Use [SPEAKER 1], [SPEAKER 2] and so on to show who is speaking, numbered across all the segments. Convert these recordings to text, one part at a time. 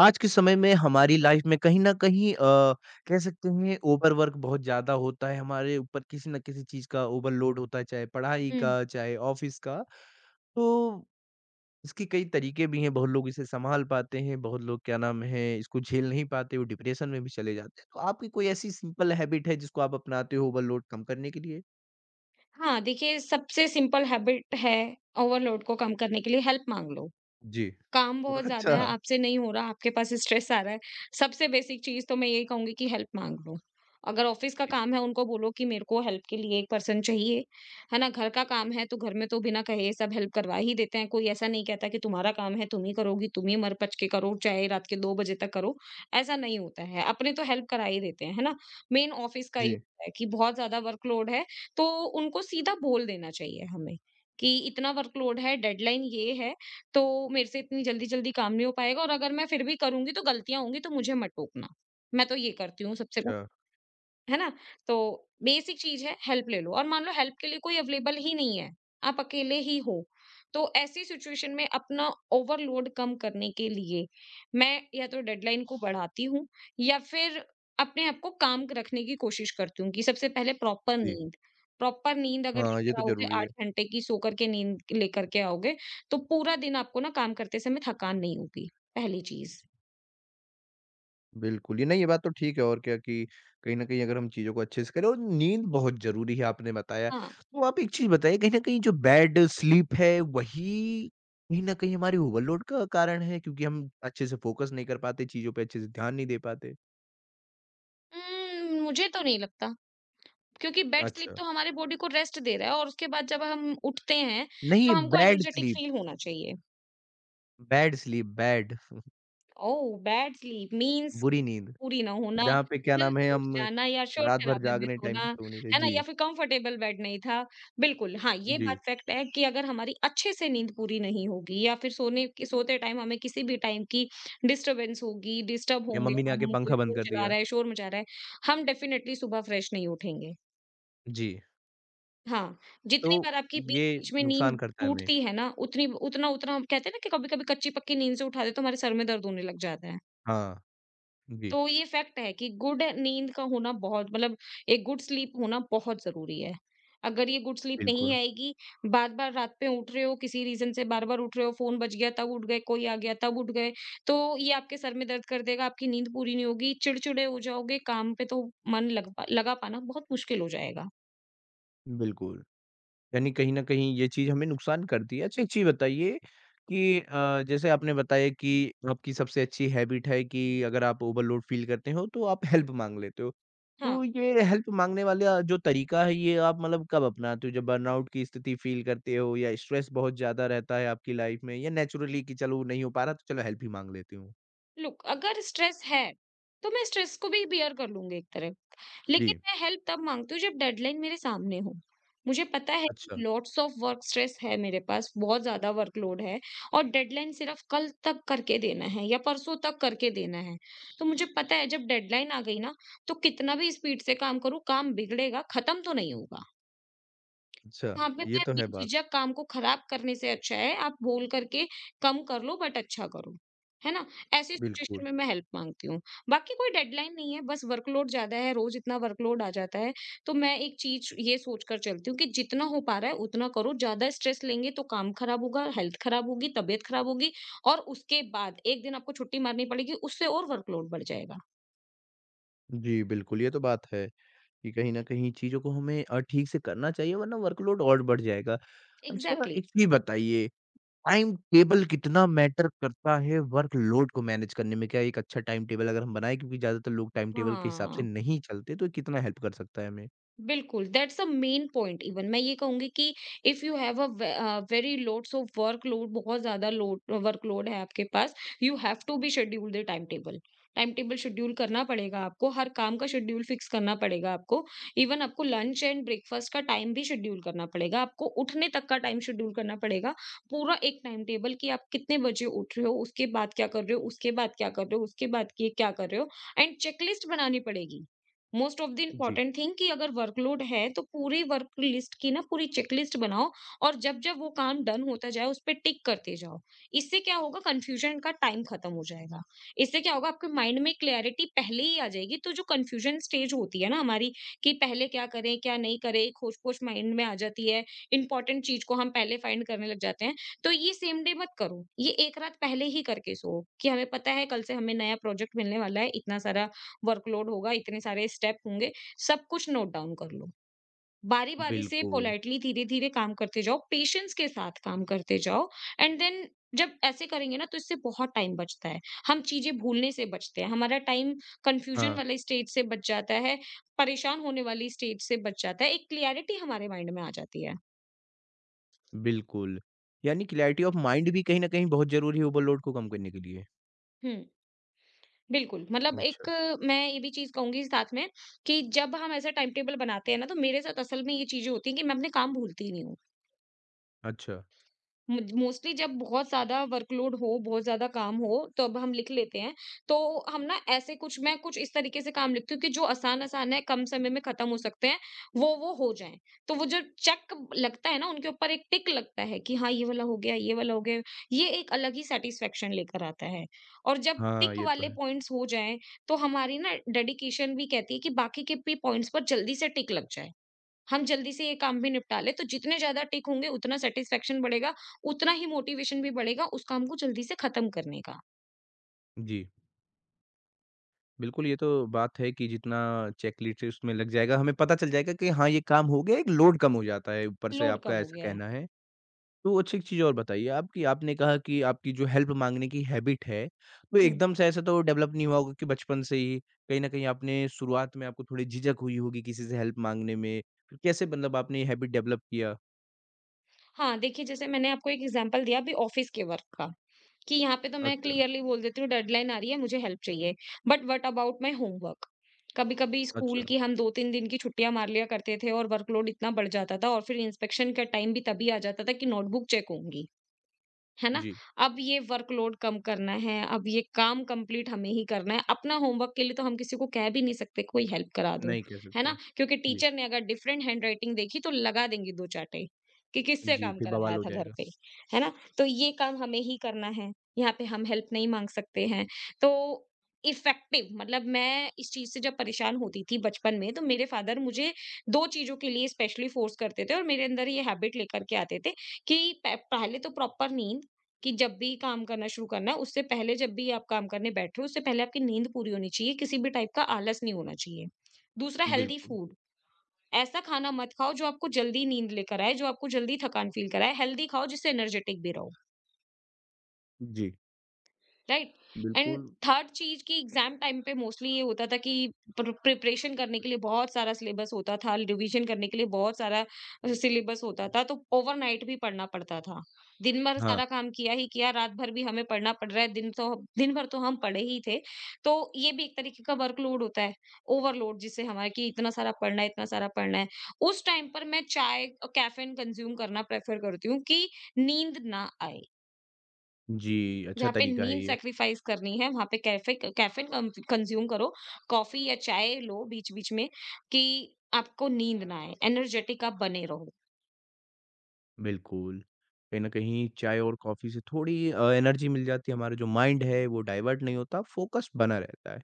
[SPEAKER 1] आज के समय में हमारी लाइफ में कहीं न कहीं कह सकते हैं ओवरवर्क बहुत ज़्यादा होता है, हमारे ऊपर किसी न किसी चीज़ का ओवरलोड होता है, चाहे पढ़ाई
[SPEAKER 2] हुँ।
[SPEAKER 1] का, चाहे ऑफ़िस का। तो इसके कई तरीके भी हैं, बहुत लोग इसे सँभाल पाते हैं, बहुत लोग क्या नाम है इसको झेल नहीं पाते, वो डिप्रेशन में भी चले जाते हैं। तो आपकी कोई ऐसी सिंपल हैबिट है जिसको आप अपनाते हो ओवरलोड कम करने के लिए?
[SPEAKER 2] हाँ, देखिए सबसे सिंपल हैबिट है ओवरलोड को कम करने के लिए हेल्प माँग लो।
[SPEAKER 1] जी।
[SPEAKER 2] काम बहुत ज़्यादा है,
[SPEAKER 1] अच्छा।
[SPEAKER 2] आपसे नहीं हो रहा, आपके पास स्ट्रेस आ रहा है। सबसे बेसिक चीज़ तो मैं यही कहूँगी कि हेल्प माँग लो। अगर ऑफ़िस का
[SPEAKER 1] जी।
[SPEAKER 2] काम है उनको बोलो कि मेरे को हेल्प के लिए 1 पर्सन चाहिए, है ना? घर का काम है तो घर में तो बिना कहे सब हेल्प करवा ही देते हैं। कोई ऐसा नहीं कहता कि तुम्हारा काम है तुम ही करोगी, तुम ही मर-पच के करो, चाहे रात के 2 बजे तक करो, ऐसा नहीं होता है। अपने तो हेल्प करा ही देते हैं, है ना? मेन ऑफ़िस का ही
[SPEAKER 1] जी।
[SPEAKER 2] होता है कि बहुत ज़्यादा वर्कलोड है, तो उनको सीधा बोल देना चाहिए हमें कि इतना वर्कलोड है, डेडलाइन ये है तो मेरे से इतनी जल्दी-जल्दी काम नहीं हो पाएगा और अगर मैं फिर भी करूँगी तो गलतियाँ होंगी तो मुझे मत टोकना। मैं तो ये करती हूँ सबसे।
[SPEAKER 1] अच्छा,
[SPEAKER 2] है ना? तो बेसिक चीज़ है, हेल्प ले लो और मान लो हेल्प के लिए कोई अवेलेबल ही नहीं है, आप अकेले ही हो, तो ऐसी सिचुएशन में अपना ओवरलोड कम करने के लिए मैं या तो डेडलाइन को बढ़ाती हूँ या फिर अपने आप को काम रखने की कोशिश करती हूँ कि सबसे पहले
[SPEAKER 1] जी।
[SPEAKER 2] प्रॉपर नींद अगर
[SPEAKER 1] हाँ, ये
[SPEAKER 2] लेकर
[SPEAKER 1] तो
[SPEAKER 2] आओगे
[SPEAKER 1] ज़रूरी है।
[SPEAKER 2] 8 घंटे की सो कर के नींद लेकर के आओगे, तो पूरा दिन आपको ना काम करते समय थकान नहीं होगी, पहली चीज़।
[SPEAKER 1] बिल्कुल, ये नहीं ये बात तो ठीक है और क्या कि कहीं न कहीं अगर हम चीज़ों को अच्छे से करें और नींद बहुत ज़रूरी है आपने बताया।
[SPEAKER 2] हाँ,
[SPEAKER 1] तो आप एक चीज़ बताइए कहीं न कहीं जो बैड स्लीप है वही कहीं न कहीं हमारी ओवरलोड का कारण है क्योंकि हम अच्छे से फ़ोकस नहीं कर पाते, चीज़ों पे अच्छे से ध्यान नहीं दे पाते?
[SPEAKER 2] मुझे तो नहीं लगता। क्योंकि बेड स्लीप
[SPEAKER 1] अच्छा।
[SPEAKER 2] तो हमारी बॉडी को रेस्ट दे रहा है और उसके बाद जब हम उठते हैं तो
[SPEAKER 1] नहीं,
[SPEAKER 2] हमको
[SPEAKER 1] बैड
[SPEAKER 2] एनर्जेटिक
[SPEAKER 1] स्लीप,
[SPEAKER 2] फील होना चाहिए।
[SPEAKER 1] Bad sleep bad
[SPEAKER 2] oh! Bad sleep means
[SPEAKER 1] बुरी नींद,
[SPEAKER 2] पूरी ना होना,
[SPEAKER 1] जहाँ पे क्या नाम है
[SPEAKER 2] जल्दी उठ
[SPEAKER 1] हम
[SPEAKER 2] जाना या
[SPEAKER 1] रात भर
[SPEAKER 2] शोर-शराबे
[SPEAKER 1] जाग
[SPEAKER 2] में
[SPEAKER 1] रहे हैं टाइम
[SPEAKER 2] सोना,
[SPEAKER 1] से सो नहीं रहे।
[SPEAKER 2] है ना?
[SPEAKER 1] जी।
[SPEAKER 2] या फिर कंफर्टेबल बेड नहीं था। बिल्कुल, हाँ, ये
[SPEAKER 1] जी।
[SPEAKER 2] बात फैक्ट है कि अगर हमारी अच्छे से नींद पूरी नहीं होगी या फिर सोने के सोते टाइम हमें किसी भी टाइम की डिस्टर्बेंस होगी, डिस्टर्ब
[SPEAKER 1] या
[SPEAKER 2] होंगे
[SPEAKER 1] मम्मी ने आके
[SPEAKER 2] हम, कोई
[SPEAKER 1] पंखा बंद
[SPEAKER 2] फ़ोन
[SPEAKER 1] कर
[SPEAKER 2] चला
[SPEAKER 1] दिया।
[SPEAKER 2] रहा है, शोर मचा रहा है, हम डेफिनिटली सुबह फ्रेश नहीं उठेंगे।
[SPEAKER 1] जी।
[SPEAKER 2] हाँ,
[SPEAKER 1] तो
[SPEAKER 2] जितनी बार आपकी
[SPEAKER 1] ये
[SPEAKER 2] बीच-बीच में
[SPEAKER 1] नुकसान
[SPEAKER 2] नींद
[SPEAKER 1] करता है हमें।
[SPEAKER 2] टूटती है ना, उतनी उतना उतना हम कहते हैं ना कि कभी-कभी कच्ची-पक्की नींद से उठा दे तो हमारे सर में दर्द होने लग जाता है।
[SPEAKER 1] हाँ। जी।
[SPEAKER 2] तो ये फैक्ट है कि गुड नींद का होना बहुत मतलब एक गुड स्लीप होना बहुत ज़रूरी है। अगर ये गुड स्लीप नहीं
[SPEAKER 1] बिल्कुल,
[SPEAKER 2] आएगी, बार-बार रात में उठ रहे हो, किसी रीज़न से बार-बार उठ रहे हो, फ़ोन बज गया तब उठ गए, कोई आ गया तब उठ गए, तो ये आपके सर में दर्द कर देगा, आपकी नींद पूरी नहीं होगी, चिड़चिड़े हो जाओगे, काम पे तो मन लग पा लगा पाना बहुत मुश्किल हो जाएगा।
[SPEAKER 1] बिल्कुल। यानी कहीं न कहीं ये चीज़ हमें नुकसान करती है। अच्छा एक चीज़ बताइए कि जैसे आपने बताया कि आपकी सबसे अच्छी हैबिट है कि अगर आप ओवरलोड फ़ील करते हो तो आप हेल्प माँग लेते हो।
[SPEAKER 2] हाँ।
[SPEAKER 1] तो ये हेल्प माँगने वाला जो तरीका है ये आप मतलब कब अपनाते हो? जब बर्नआउट की स्थिति फ़ील करते हो या स्ट्रेस बहुत ज़्यादा रहता है आपकी लाइफ़ में या नेचुरली कि चलो नहीं हो पा रहा तो चलो हेल्प ही माँग लेती हूँ?
[SPEAKER 2] लुक अगर स्ट्रेस है तो मैं स्ट्रेस को भी बियर कर लूंगी एक तरह, लेकिन
[SPEAKER 1] जी।
[SPEAKER 2] मैं हेल्प तब मांगती हूँ जब डेडलाइन मेरे सामने हो। मुझे पता है
[SPEAKER 1] अच्छा,
[SPEAKER 2] लॉट्स ऑफ वर्क स्ट्रेस है, मेरे पास बहुत ज्यादा वर्कलोड है और डेडलाइन सिर्फ कल तक करके देना है या परसों तक करके देना है, तो मुझे पता है जब डेडलाइन आ गई ना तो कितना भी स्पीड से काम करूँ काम बिगड़ेगा, खत्म तो नहीं होगा।
[SPEAKER 1] अच्छा।
[SPEAKER 2] यहाँ पे
[SPEAKER 1] ये
[SPEAKER 2] मैं
[SPEAKER 1] तो
[SPEAKER 2] ये
[SPEAKER 1] है बात।
[SPEAKER 2] झिझक काम को खराब करने से अच्छा है आप बोल करके कम कर लो बट अच्छा करो। है ना? ऐसी
[SPEAKER 1] बिल्कुल।
[SPEAKER 2] सिचुएशन में मैं हेल्प माँगती हूँ। बाकी कोई डेडलाइन नहीं है, बस वर्कलोड ज़्यादा है, रोज़ इतना वर्कलोड आ जाता है, तो मैं एक चीज़ ये सोच कर चलती हूँ कि जितना हो पा रहा है उतना करो, ज़्यादा स्ट्रेस लेंगे तो काम खराब होगा, हेल्थ खराब होगी, तबीयत खराब होगी और उसके बाद 1 दिन आपको छुट्टी मारनी पड़ेगी, उससे और वर्कलोड बढ़ जाएगा।
[SPEAKER 1] जी, बिल्कुल, ये तो बात है। कि कहीं न कहीं चीज़ों को हमें ठीक से करना चाहिए वरना वर्कलोड और बढ़ जाएगा। अच्छा
[SPEAKER 2] एग्ज़ैक्टली।
[SPEAKER 1] एक चीज़ बताइए, टाइम टेबल कितना मैटर करता है वर्कलोड को मैनेज करने में? क्या एक अच्छा टाइम टेबल अगर हम बनाएँ क्योंकि ज़्यादातर लोग टाइम टेबल के हिसाब से
[SPEAKER 2] हाँ।
[SPEAKER 1] नहीं चलते तो ये कितना हेल्प कर सकता है हमें?
[SPEAKER 2] बिल्कुल that's a main point. Even मैं ये कहूंगी कि if you have a very loads of workload, बहुत ज्यादा लोड वर्कलोड है आपके पास, you have to be schedule the time table. Time table schedule करना पड़ेगा आपको, हर काम का शेड्यूल फिक्स करना पड़ेगा आपको। इवन आपको लंच एंड ब्रेकफास्ट का टाइम भी शेड्यूल करना पड़ेगा, आपको उठने तक का टाइम शेड्यूल करना पड़ेगा। पूरा एक टाइम टेबल कि आप कितने बजे उठ रहे हो, उसके बाद क्या कर रहे हो, उसके बाद क्या कर रहे हो, उसके बाद ये क्या कर रहे हो। एंड चेकलिस्ट बनानी पड़ेगी। मोस्ट ऑफ द
[SPEAKER 1] जी,
[SPEAKER 2] इम्पोर्टेंट थिंग कि अगर वर्कलोड है तो पूरी वर्क लिस्ट की ना पूरी चेकलिस्ट बनाओ और जब जब वो काम डन होता जाए उस पे टिक करते जाओ। इससे क्या होगा, कंफ्यूजन का टाइम खत्म हो जाएगा। इससे क्या होगा, आपके माइंड में क्लैरिटी पहले ही आ जाएगी, तो जो कंफ्यूजन स्टेज होती है ना हमारी कि पहले क्या करें क्या नहीं करें, खोज पोज माइंड में आ जाती है, इंपॉर्टेंट चीज को हम पहले फाइंड करने लग जाते हैं, तो ये सेम डे मत करो, ये एक रात पहले ही करके सो कि हमें पता है कल से हमें नया प्रोजेक्ट मिलने वाला है, इतना सारा वर्कलोड होगा, इतने सारे स्टेप होंगे, सब कुछ नोट डाउन कर लो। बारी-बारी से
[SPEAKER 1] बिल्कुल।
[SPEAKER 2] पोलाइटली धीरे-धीरे काम करते जाओ, पेशेंस के साथ काम करते जाओ एंड देन जब ऐसे करेंगे ना तो इससे बहुत टाइम बचता है। हम चीज़ें भूलने से बचते हैं, हमारा टाइम कन्फ्यूजन
[SPEAKER 1] हाँ,
[SPEAKER 2] वाले स्टेज से बच जाता है, परेशान होने वाली स्टेज से बच जाता है, एक क्लैरिटी हमारे माइंड में आ जाती है।
[SPEAKER 1] बिल्कुल। यानी क्लैरिटी ऑफ माइंड भी कहीं न कहीं बहुत ज़रूरी है ओवरलोड को कम करने के लिए।
[SPEAKER 2] हुँ, बिल्कुल, मतलब
[SPEAKER 1] अच्छा,
[SPEAKER 2] मैं ये भी चीज़ कहूँगी साथ में कि जब हम ऐसा टाइम टेबल बनाते हैं ना तो मेरे साथ असल में ये चीज़ें होती हैं कि मैं अपने काम भूलती नहीं हूँ।
[SPEAKER 1] अच्छा।
[SPEAKER 2] मोस्टली जब बहुत ज़्यादा वर्कलोड हो, बहुत ज़्यादा काम हो, तब हम लिख लेते हैं। तो हम ना ऐसे कुछ मैं कुछ इस तरीके से काम लिखती हूँ कि जो आसान-आसान है, कम समय में खत्म हो सकते हैं, वो हो जाएँ। तो वो जो चेक लगता है ना, उनके ऊपर एक टिक लगता है कि हाँ, ये वाला हो गया, ये वाला हो गया। ये एक अलग ही सैटिस्फैक्शन लेकर आता है। और जब
[SPEAKER 1] हाँ,
[SPEAKER 2] टिक
[SPEAKER 1] ये तो
[SPEAKER 2] वाले
[SPEAKER 1] है।
[SPEAKER 2] पॉइंट्स हो जाएँ, तो हमारी ना डेडिकेशन भी कहती है कि बाकी के भी पॉइंट्स पर जल्दी से टिक लग जाए। हम जल्दी से ये काम भी निपटा लें, तो जितने ज़्यादा टिक होंगे उतना सैटिस्फैक्शन बढ़ेगा, उतना ही मोटिवेशन भी बढ़ेगा उस काम को जल्दी से खत्म करने का।
[SPEAKER 1] जी। बिल्कुल, ये तो बात है कि जितना चेकलिस्ट में लग जाएगा, हमें पता चल जाएगा कि हाँ, ये काम हो गया, एक लोड कम हो जाता है, ऊपर से
[SPEAKER 2] लोड
[SPEAKER 1] आपका
[SPEAKER 2] कम हो
[SPEAKER 1] ऐसा
[SPEAKER 2] गया है।
[SPEAKER 1] कहना है। तो अच्छा एक चीज़ और बताइए आप कि आपने कहा कि आपकी जो हेल्प माँगने की हैबिट है, वो
[SPEAKER 2] हुँ।
[SPEAKER 1] एकदम से ऐसा तो डेवलप नहीं हुआ होगा कि बचपन से ही कहीं न कहीं आपने शुरुआत में आपको थोड़ी झिझक हुई होगी किसी से हेल्प माँगने में। फिर कैसे मतलब आपने ये हैबिट डेवलप किया?
[SPEAKER 2] हाँ, देखिए जैसे मैंने आपको एक एग्ज़ाम्पल दिया अभी ऑफ़िस के वर्क का, कि यहाँ पे तो मैं
[SPEAKER 1] अच्छा,
[SPEAKER 2] क्लियरली बोल देती हूँ डेडलाइन आ रही है, मुझे हेल्प चाहिए। But what about my homework? कभी-कभी
[SPEAKER 1] अच्छा।
[SPEAKER 2] स्कूल की हम 2-3 दिन की छुट्टियाँ मार लिया करते थे और वर्कलोड इतना बढ़ जाता था और फिर इंस्पेक्शन का टाइम भी तभी आ जाता था कि नोटबुक चेक होंगी। है ना?
[SPEAKER 1] जी,
[SPEAKER 2] अब ये वर्कलोड कम करना है, अब ये काम कंप्लीट हमें ही करना है। अपना होमवर्क के लिए तो हम किसी को कह भी नहीं सकते कोई हेल्प करा दो,
[SPEAKER 1] नहीं कह
[SPEAKER 2] है
[SPEAKER 1] सकते।
[SPEAKER 2] ना? क्योंकि
[SPEAKER 1] जी,
[SPEAKER 2] टीचर ने अगर डिफरेंट हैंडराइटिंग देखी तो लगा देंगी 2 चाटें कि किससे
[SPEAKER 1] जी,
[SPEAKER 2] काम
[SPEAKER 1] फिर बवाल
[SPEAKER 2] कराया
[SPEAKER 1] हो
[SPEAKER 2] था घर
[SPEAKER 1] जाएगा।
[SPEAKER 2] पे, है ना? तो ये काम हमें ही करना है, यहाँ पे हम हेल्प नहीं माँग सकते हैं। तो इफ़ेक्टिव मतलब मैं इस चीज़ से जब परेशान होती थी बचपन में तो मेरे फादर मुझे 2 चीज़ों के लिए स्पेशली फ़ोर्स करते थे और मेरे अंदर ये हैबिट लेकर के आते थे कि प पहले तो प्रॉपर नींद कि जब भी काम करना शुरू करना है, उससे पहले जब भी आप काम करने बैठ रहे हो, उससे पहले आपकी नींद पूरी होनी चाहिए, किसी भी टाइप का आलस नहीं होना चाहिए। दूसरा हेल्दी
[SPEAKER 1] बिल्कुल,
[SPEAKER 2] फूड, ऐसा खाना मत खाओ जो आपको जल्दी नींद लेकर आए, जो आपको जल्दी थकान फ़ील कराए, हेल्दी खाओ जिससे एनर्जेटिक भी रहो।
[SPEAKER 1] जी,
[SPEAKER 2] राइट। एंड
[SPEAKER 1] बिल्कुल।
[SPEAKER 2] थर्ड चीज की एग्जाम टाइम पे मोस्टली ये होता था कि प्रिपरेशन करने के लिए बहुत सारा सिलेबस होता था, रिवीजन करने के लिए बहुत सारा सिलेबस होता था, तो ओवरनाइट भी पढ़ना पड़ता था। दिन भर
[SPEAKER 1] हाँ।
[SPEAKER 2] सारा काम किया ही किया, रात भर भी हमें पढ़ना पड़ रहा है, दिन तो दिन भर तो हम पढ़े ही थे, तो ये भी एक तरीके का वर्कलोड होता है, ओवरलोड जिससे हमारे कि इतना सारा पढ़ना है, इतना सारा पढ़ना है। उस टाइम पर मैं चाय और कैफीन कंज्यूम करना प्रेफर करती हूँ कि नींद ना आए।
[SPEAKER 1] जी, अच्छा
[SPEAKER 2] जहाँ पे
[SPEAKER 1] तरीका है
[SPEAKER 2] नींद
[SPEAKER 1] ये,
[SPEAKER 2] सैक्रिफाइस करनी है वहाँ पे कैफे कैफीन कम कंज़्यूम करो, कॉफ़ी या चाय लो बीच-बीच में कि आपको नींद ना आए, एनर्जेटिक आप बने रहो।
[SPEAKER 1] बिल्कुल। कहीं न कहीं चाय और कॉफ़ी से थोड़ी एनर्जी मिल जाती है, हमारा जो माइंड है वो डाइवर्ट नहीं होता, फ़ोकस बना रहता है।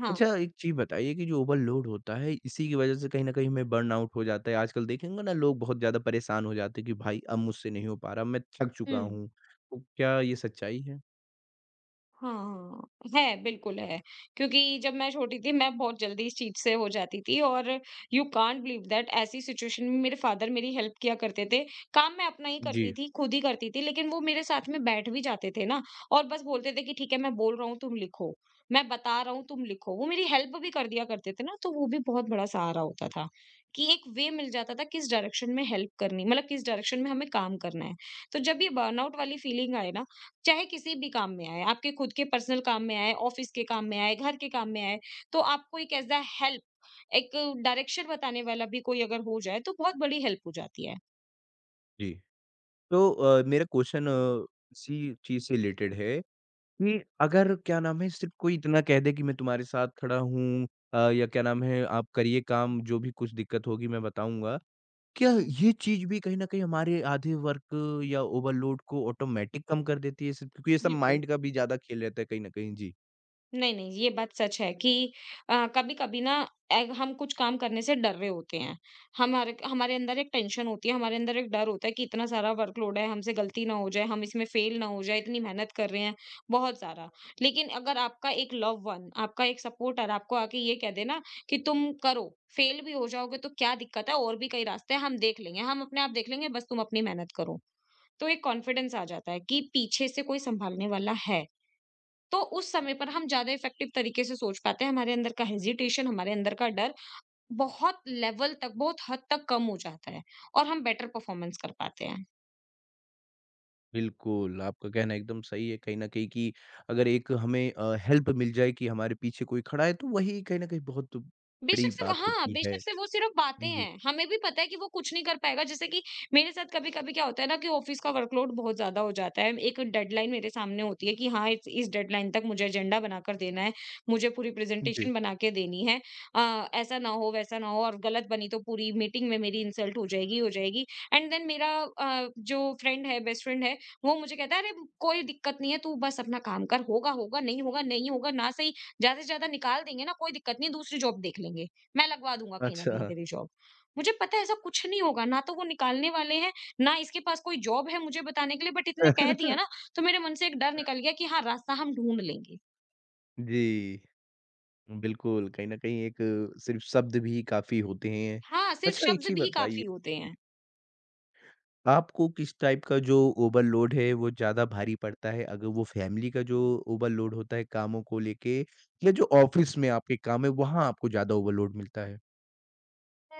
[SPEAKER 2] हाँ।
[SPEAKER 1] अच्छा एक चीज़ बताइए कि जो ओवरलोड होता है, इसी की वजह से कहीं न कहीं हमें बर्नआउट हो जाता है। आजकल देखेंगे ना लोग बहुत ज़्यादा परेशान हो जाते हैं कि भाई अब मुझसे नहीं हो पा रहा, मैं थक चुका
[SPEAKER 2] हुँ।
[SPEAKER 1] हूँ। तो क्या ये सच्चाई है?
[SPEAKER 2] हाँ, है, बिल्कुल है। क्योंकि जब मैं छोटी थी, मैं बहुत जल्दी इस चीज़ से हो जाती थी और यू कांट बिलीव दैट ऐसी सिचुएशन में मेरे फ़ादर मेरी हेल्प किया करते थे। काम मैं अपना ही
[SPEAKER 1] जी,
[SPEAKER 2] करती थी, खुद ही करती थी, लेकिन वो मेरे साथ में बैठ भी जाते थे ना और बस बोलते थे कि, "ठीक है, मैं बोल रहा हूँ, तुम लिखो। मैं बता रहा हूँ, तुम लिखो।" वो मेरी हेल्प भी कर दिया करते थे ना, तो वो भी बहुत बड़ा सहारा होता था कि एक वे मिल जाता था, किस डायरेक्शन में हेल्प करनी मतलब किस डायरेक्शन में हमें काम करना है। तो जब ये बर्नआउट वाली फीलिंग आए ना, चाहे किसी भी काम में आए, आपके खुद के पर्सनल काम में आए, ऑफिस के काम में आए, घर के काम में आए, तो आपको एक ऐज़ अ हेल्प, एक डायरेक्शन बताने वाला भी कोई अगर हो जाए, तो बहुत बड़ी हेल्प हो जाती है।
[SPEAKER 1] जी। तो मेरा क्वेश्चन इसी चीज़ से रिलेटेड है कि अगर क्या नाम है सिर्फ़ कोई इतना कह दे कि मैं तुम्हारे साथ खड़ा हूँ, या क्या नाम है आप करिए काम जो भी कुछ दिक्कत होगी मैं बताऊँगा। क्या
[SPEAKER 2] हुँ,
[SPEAKER 1] ये चीज़ भी कहीं न कहीं हमारे आधे वर्क या ओवरलोड को ऑटोमेटिक कम कर देती है सिर्फ़ क्योंकि ये सब
[SPEAKER 2] बिल्कुल।
[SPEAKER 1] माइंड का भी ज़्यादा खेल रहता है कहीं न कहीं। जी,
[SPEAKER 2] नहीं, नहीं, ये बात सच है कि कभी-कभी ना ए हम कुछ काम करने से डर रहे होते हैं। हमारे हमारे अंदर एक टेंशन होती है, हमारे अंदर एक डर होता है कि इतना सारा वर्कलोड है, हमसे गलती ना हो जाए, हम इसमें फेल ना हो जाए, इतनी मेहनत कर रहे हैं, बहुत सारा। लेकिन अगर आपका एक लव्ड वन, आपका एक सपोर्टर आपको आके ये कह दे ना कि तुम करो, फेल भी हो जाओगे तो क्या दिक्कत है, और भी कई रास्ते हैं, हम देख लेंगे, हम अपने आप देख लेंगे, बस तुम अपनी मेहनत करो। तो एक कॉन्फिडेंस आ जाता है कि पीछे से कोई सँभालने वाला है। तो उस समय पर हम ज़्यादा इफ़ेक्टिव तरीके से सोच पाते हैं, हमारे अंदर का हेज़िटेशन, हमारे अंदर का डर बहुत लेवल तक, बहुत हद तक कम हो जाता है और हम बेटर परफ़ॉर्मेंस कर पाते हैं।
[SPEAKER 1] बिल्कुल आपका कहना एकदम सही है कहीं न कहीं कि अगर एक हमें हेल्प मिल जाए कि हमारे पीछे कोई खड़ा है तो वही कहीं न कहीं बहुत बड़ी
[SPEAKER 2] बेशक से वो
[SPEAKER 1] बात
[SPEAKER 2] हाँ,
[SPEAKER 1] होती है।
[SPEAKER 2] बेशक से वो सिर्फ़ बातें
[SPEAKER 1] जी,
[SPEAKER 2] हैं। हमें भी पता है कि वो कुछ नहीं कर पाएगा जैसे कि मेरे साथ कभी-कभी क्या होता है ना कि ऑफ़िस का वर्कलोड बहुत ज़्यादा हो जाता है। एक डेडलाइन मेरे सामने होती है कि हाँ, इस डेडलाइन तक मुझे एजेंडा बनाकर देना है, मुझे पूरी
[SPEAKER 1] जी।
[SPEAKER 2] प्रेज़ेंटेशन बना के देनी है। ऐसा ना हो, वैसा ना हो और गलत बनी तो पूरी मीटिंग में मेरी इंसल्ट हो जाएगी, हो जाएगी। एंड देन मेरा जो फ्रेंड है, बेस्ट फ्रेंड है, वो मुझे कहता है, "अरे! कोई दिक्कत नहीं है, तू बस अपना काम कर, होगा, होगा, नहीं होगा, नहीं होगा ना सही, ज़्यादा से ज़्यादा निकाल देंगे ना कोई दिक्कत नहीं दूसरी जॉब देख लेंगे। मैं लगवा दूँगा कहीं न कहीं
[SPEAKER 1] अच्छा।
[SPEAKER 2] तेरी जॉब। मुझे पता है ऐसा कुछ नहीं होगा ना तो वो निकालने वाले हैं, ना इसके पास कोई जॉब है मुझे बताने के लिए बट इतना कह दिया ना तो मेरे मन से एक डर निकल गया कि हाँ, रास्ता हम ढूँढ लेंगे।
[SPEAKER 1] जी। बिल्कुल, कहीं न कहीं एक सिर्फ़ शब्द भी काफ़ी होते हैं।
[SPEAKER 2] हाँ, सिर्फ
[SPEAKER 1] अच्छा एक
[SPEAKER 2] शब्द
[SPEAKER 1] चीज़
[SPEAKER 2] भी
[SPEAKER 1] बताइए।
[SPEAKER 2] काफ़ी होते
[SPEAKER 1] जी,
[SPEAKER 2] हैं।
[SPEAKER 1] आपको किस टाइप का जो ओवरलोड है वो ज़्यादा भारी पड़ता है? अगर वो फ़ैमिली का जो ओवरलोड होता है कामों को लेके या जो ऑफ़िस में आपके काम है वहाँ आपको ज़्यादा ओवरलोड मिलता है?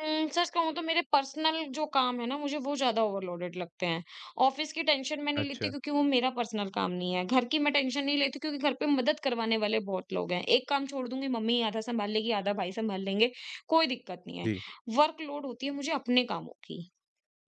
[SPEAKER 2] सच कहूँ तो मेरे पर्सनल जो काम है ना, मुझे वो ज़्यादा ओवरलोडेड लगते हैं। ऑफ़िस की टेंशन मैं नहीं लेती
[SPEAKER 1] अच्छा,
[SPEAKER 2] क्योंकि वो मेरा पर्सनल काम नहीं है। घर की मैं टेंशन नहीं लेती क्योंकि घर पे मदद करवाने वाले बहुत लोग हैं। एक काम छोड़ दूँगी, मम्मी आधा सँभाल लेगी, आधा भाई सँभाल लेंगे, कोई दिक्कत नहीं है।
[SPEAKER 1] जी।
[SPEAKER 2] वर्कलोड होती है मुझे अपने कामों की।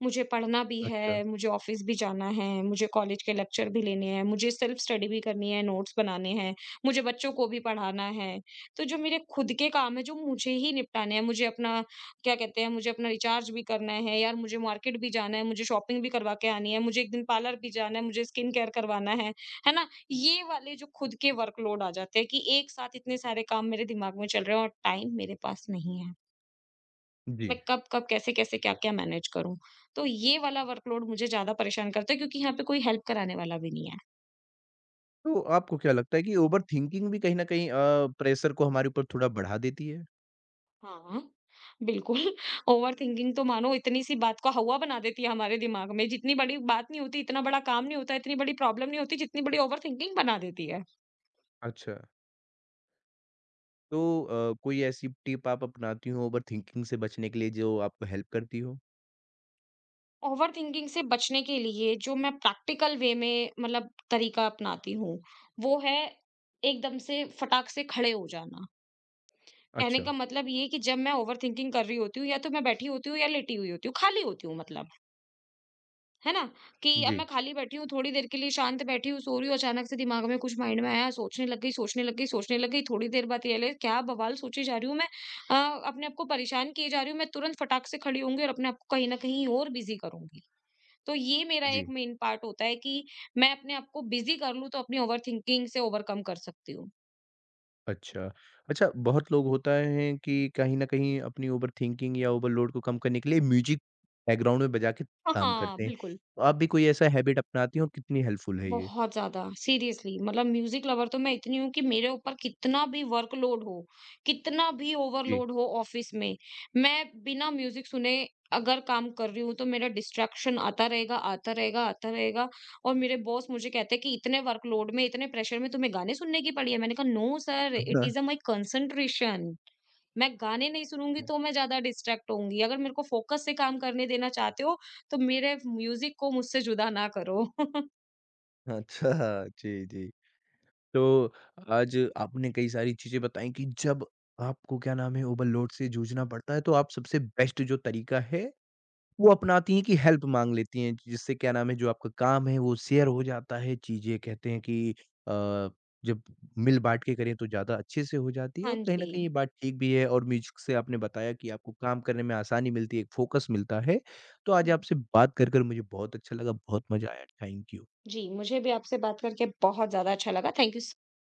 [SPEAKER 2] मुझे पढ़ना भी
[SPEAKER 1] अच्छा,
[SPEAKER 2] है, मुझे ऑफ़िस भी जाना है, मुझे कॉलेज के लेक्चर भी लेने हैं, मुझे सेल्फ स्टडी भी करनी है, नोट्स बनाने हैं, मुझे बच्चों को भी पढ़ाना है। तो जो मेरे खुद के काम हैं, जो मुझे ही निपटाने हैं, मुझे अपना क्या कहते हैं, मुझे अपना रिचार्ज भी करना है यार, मुझे मार्केट भी जाना है, मुझे शॉपिंग भी करवा के आनी है, मुझे एक दिन पार्लर भी जाना है, मुझे स्किन केयर करवाना है ना? ये वाले जो खुद के वर्कलोड आ जाते हैं कि एक साथ इतने सारे काम मेरे दिमाग में चल रहे हैं और टाइम मेरे पास नहीं है।
[SPEAKER 1] जी।
[SPEAKER 2] मैं कब-कब, कैसे-कैसे, क्या-क्या मैनेज करूँ? तो ये वाला वर्कलोड मुझे ज़्यादा परेशान करता है क्योंकि यहाँ पे कोई हेल्प कराने वाला भी नहीं है।
[SPEAKER 1] तो आपको क्या लगता है कि ओवरथिंकिंग भी कहीं न कहीं प्रेशर को हमारे ऊपर थोड़ा बढ़ा देती है?
[SPEAKER 2] हाँ, बिल्कुल। ओवरथिंकिंग तो मानो इतनी-सी बात को हौवा बना देती है हमारे दिमाग में। जितनी बड़ी बात नहीं होती, इतना बड़ा काम नहीं होता, इतनी बड़ी प्रॉब्लम नहीं होती, जितनी बड़ी ओवरथिंकिंग बना देती है।
[SPEAKER 1] अच्छा। तो कोई ऐसी टिप आप अपनाती हो ओवरथिंकिंग से बचने के लिए जो आपको हेल्प करती हो?
[SPEAKER 2] ओवरथिंकिंग से बचने के लिए जो मैं प्रैक्टिकल वे में मतलब तरीका अपनाती हूँ, वो है एकदम से फटाक से खड़े हो जाना। कहने
[SPEAKER 1] अच्छा।
[SPEAKER 2] का मतलब ये है कि जब मैं ओवरथिंकिंग कर रही होती हूँ या तो मैं बैठी होती हूँ या लेटी हुई होती हूँ, खाली होती हूँ मतलब, है ना? कि अब मैं
[SPEAKER 1] जी,
[SPEAKER 2] खाली बैठी हूँ, थोड़ी देर के लिए शांत बैठी हूँ, सो रही हूँ, अचानक से दिमाग में कुछ माइंड में आया, सोचने लग गई, सोचने लग गई, सोचने लग गई, थोड़ी देर बाद रियलाइज़ क्या बवाल सोची जा रही हूँ मैं। अपने आप को परेशान किए जा रही हूँ, मैं तुरंत फटाक से खड़ी होऊँगी और अपने आप को कहीं न कहीं और बिज़ी करूँगी। तो ये मेरा एक
[SPEAKER 1] जी।
[SPEAKER 2] मेन पार्ट होता है कि मैं अपने आप को बिज़ी कर लूँ तो अपनी ओवरथिंकिंग से ओवरकम कर सकती हूँ।
[SPEAKER 1] अच्छा। अच्छा, बहुत लोग होता है कि कहीं न कहीं अपनी ओवरथिंकिंग या ओवरलोड को कम करने के लिए म्यूज़िक बैकग्राउंड में बजा के
[SPEAKER 2] हाँ,
[SPEAKER 1] काम
[SPEAKER 2] हाँ,
[SPEAKER 1] करते हैं।
[SPEAKER 2] बिल्कुल।
[SPEAKER 1] तो आप भी कोई ऐसा हैबिट अपनाती हैं और कितनी हेल्पफुल है ये?
[SPEAKER 2] बहुत ज़्यादा सीरियसली मतलब म्यूजिक लवर तो मैं इतनी हूँ कि मेरे ऊपर कितना भी वर्कलोड हो, कितना भी
[SPEAKER 1] जी।
[SPEAKER 2] ओवरलोड हो ऑफिस में, मैं बिना म्यूजिक सुने अगर काम कर रही हूँ तो मेरा डिस्ट्रैक्शन आता रहेगा और मेरे बॉस मुझे कहते हैं कि इतने वर्कलोड में, इतने प्रेशर में तुम्हें गाने सुनने की पड़ी है। मैंने कहा नो सर, इट
[SPEAKER 1] हाँ।
[SPEAKER 2] Is a my concentration. मैं गाने नहीं सुनूंगी तो मैं ज़्यादा डिस्ट्रैक्ट होऊँगी। अगर मेरे को फोकस से काम करने देना चाहते हो तो मेरे म्यूजिक को मुझसे जुदा ना करो।
[SPEAKER 1] अच्छा, जी, जी। तो आज आपने कई सारी चीज़ें बताई कि जब आपको क्या नाम है ओवरलोड से जूझना पड़ता है तो आप सबसे बेस्ट जो तरीका है वो अपनाती हैं कि हेल्प माँग लेती हैं, जिससे क्या नाम है जो आपका काम है वो शेयर हो जाता है, चीज़ें कहते हैं कि अ, जब मिल-बाँट के करें तो ज़्यादा अच्छे से हो जाती है
[SPEAKER 2] हाँ
[SPEAKER 1] और कहीं
[SPEAKER 2] जी।
[SPEAKER 1] न कहीं ये बात ठीक भी है और म्यूज़िक से आपने बताया कि आपको काम करने में आसानी मिलती है, एक फ़ोकस मिलता है। तो आज
[SPEAKER 2] हुँ।
[SPEAKER 1] आपसे कर मुझे बहुत अच्छा लगा, बहुत मज़ा आया। Thank you.
[SPEAKER 2] जी, मुझे भी आपसे बात करके बहुत ज़्यादा अच्छा लगा। थैंक यू स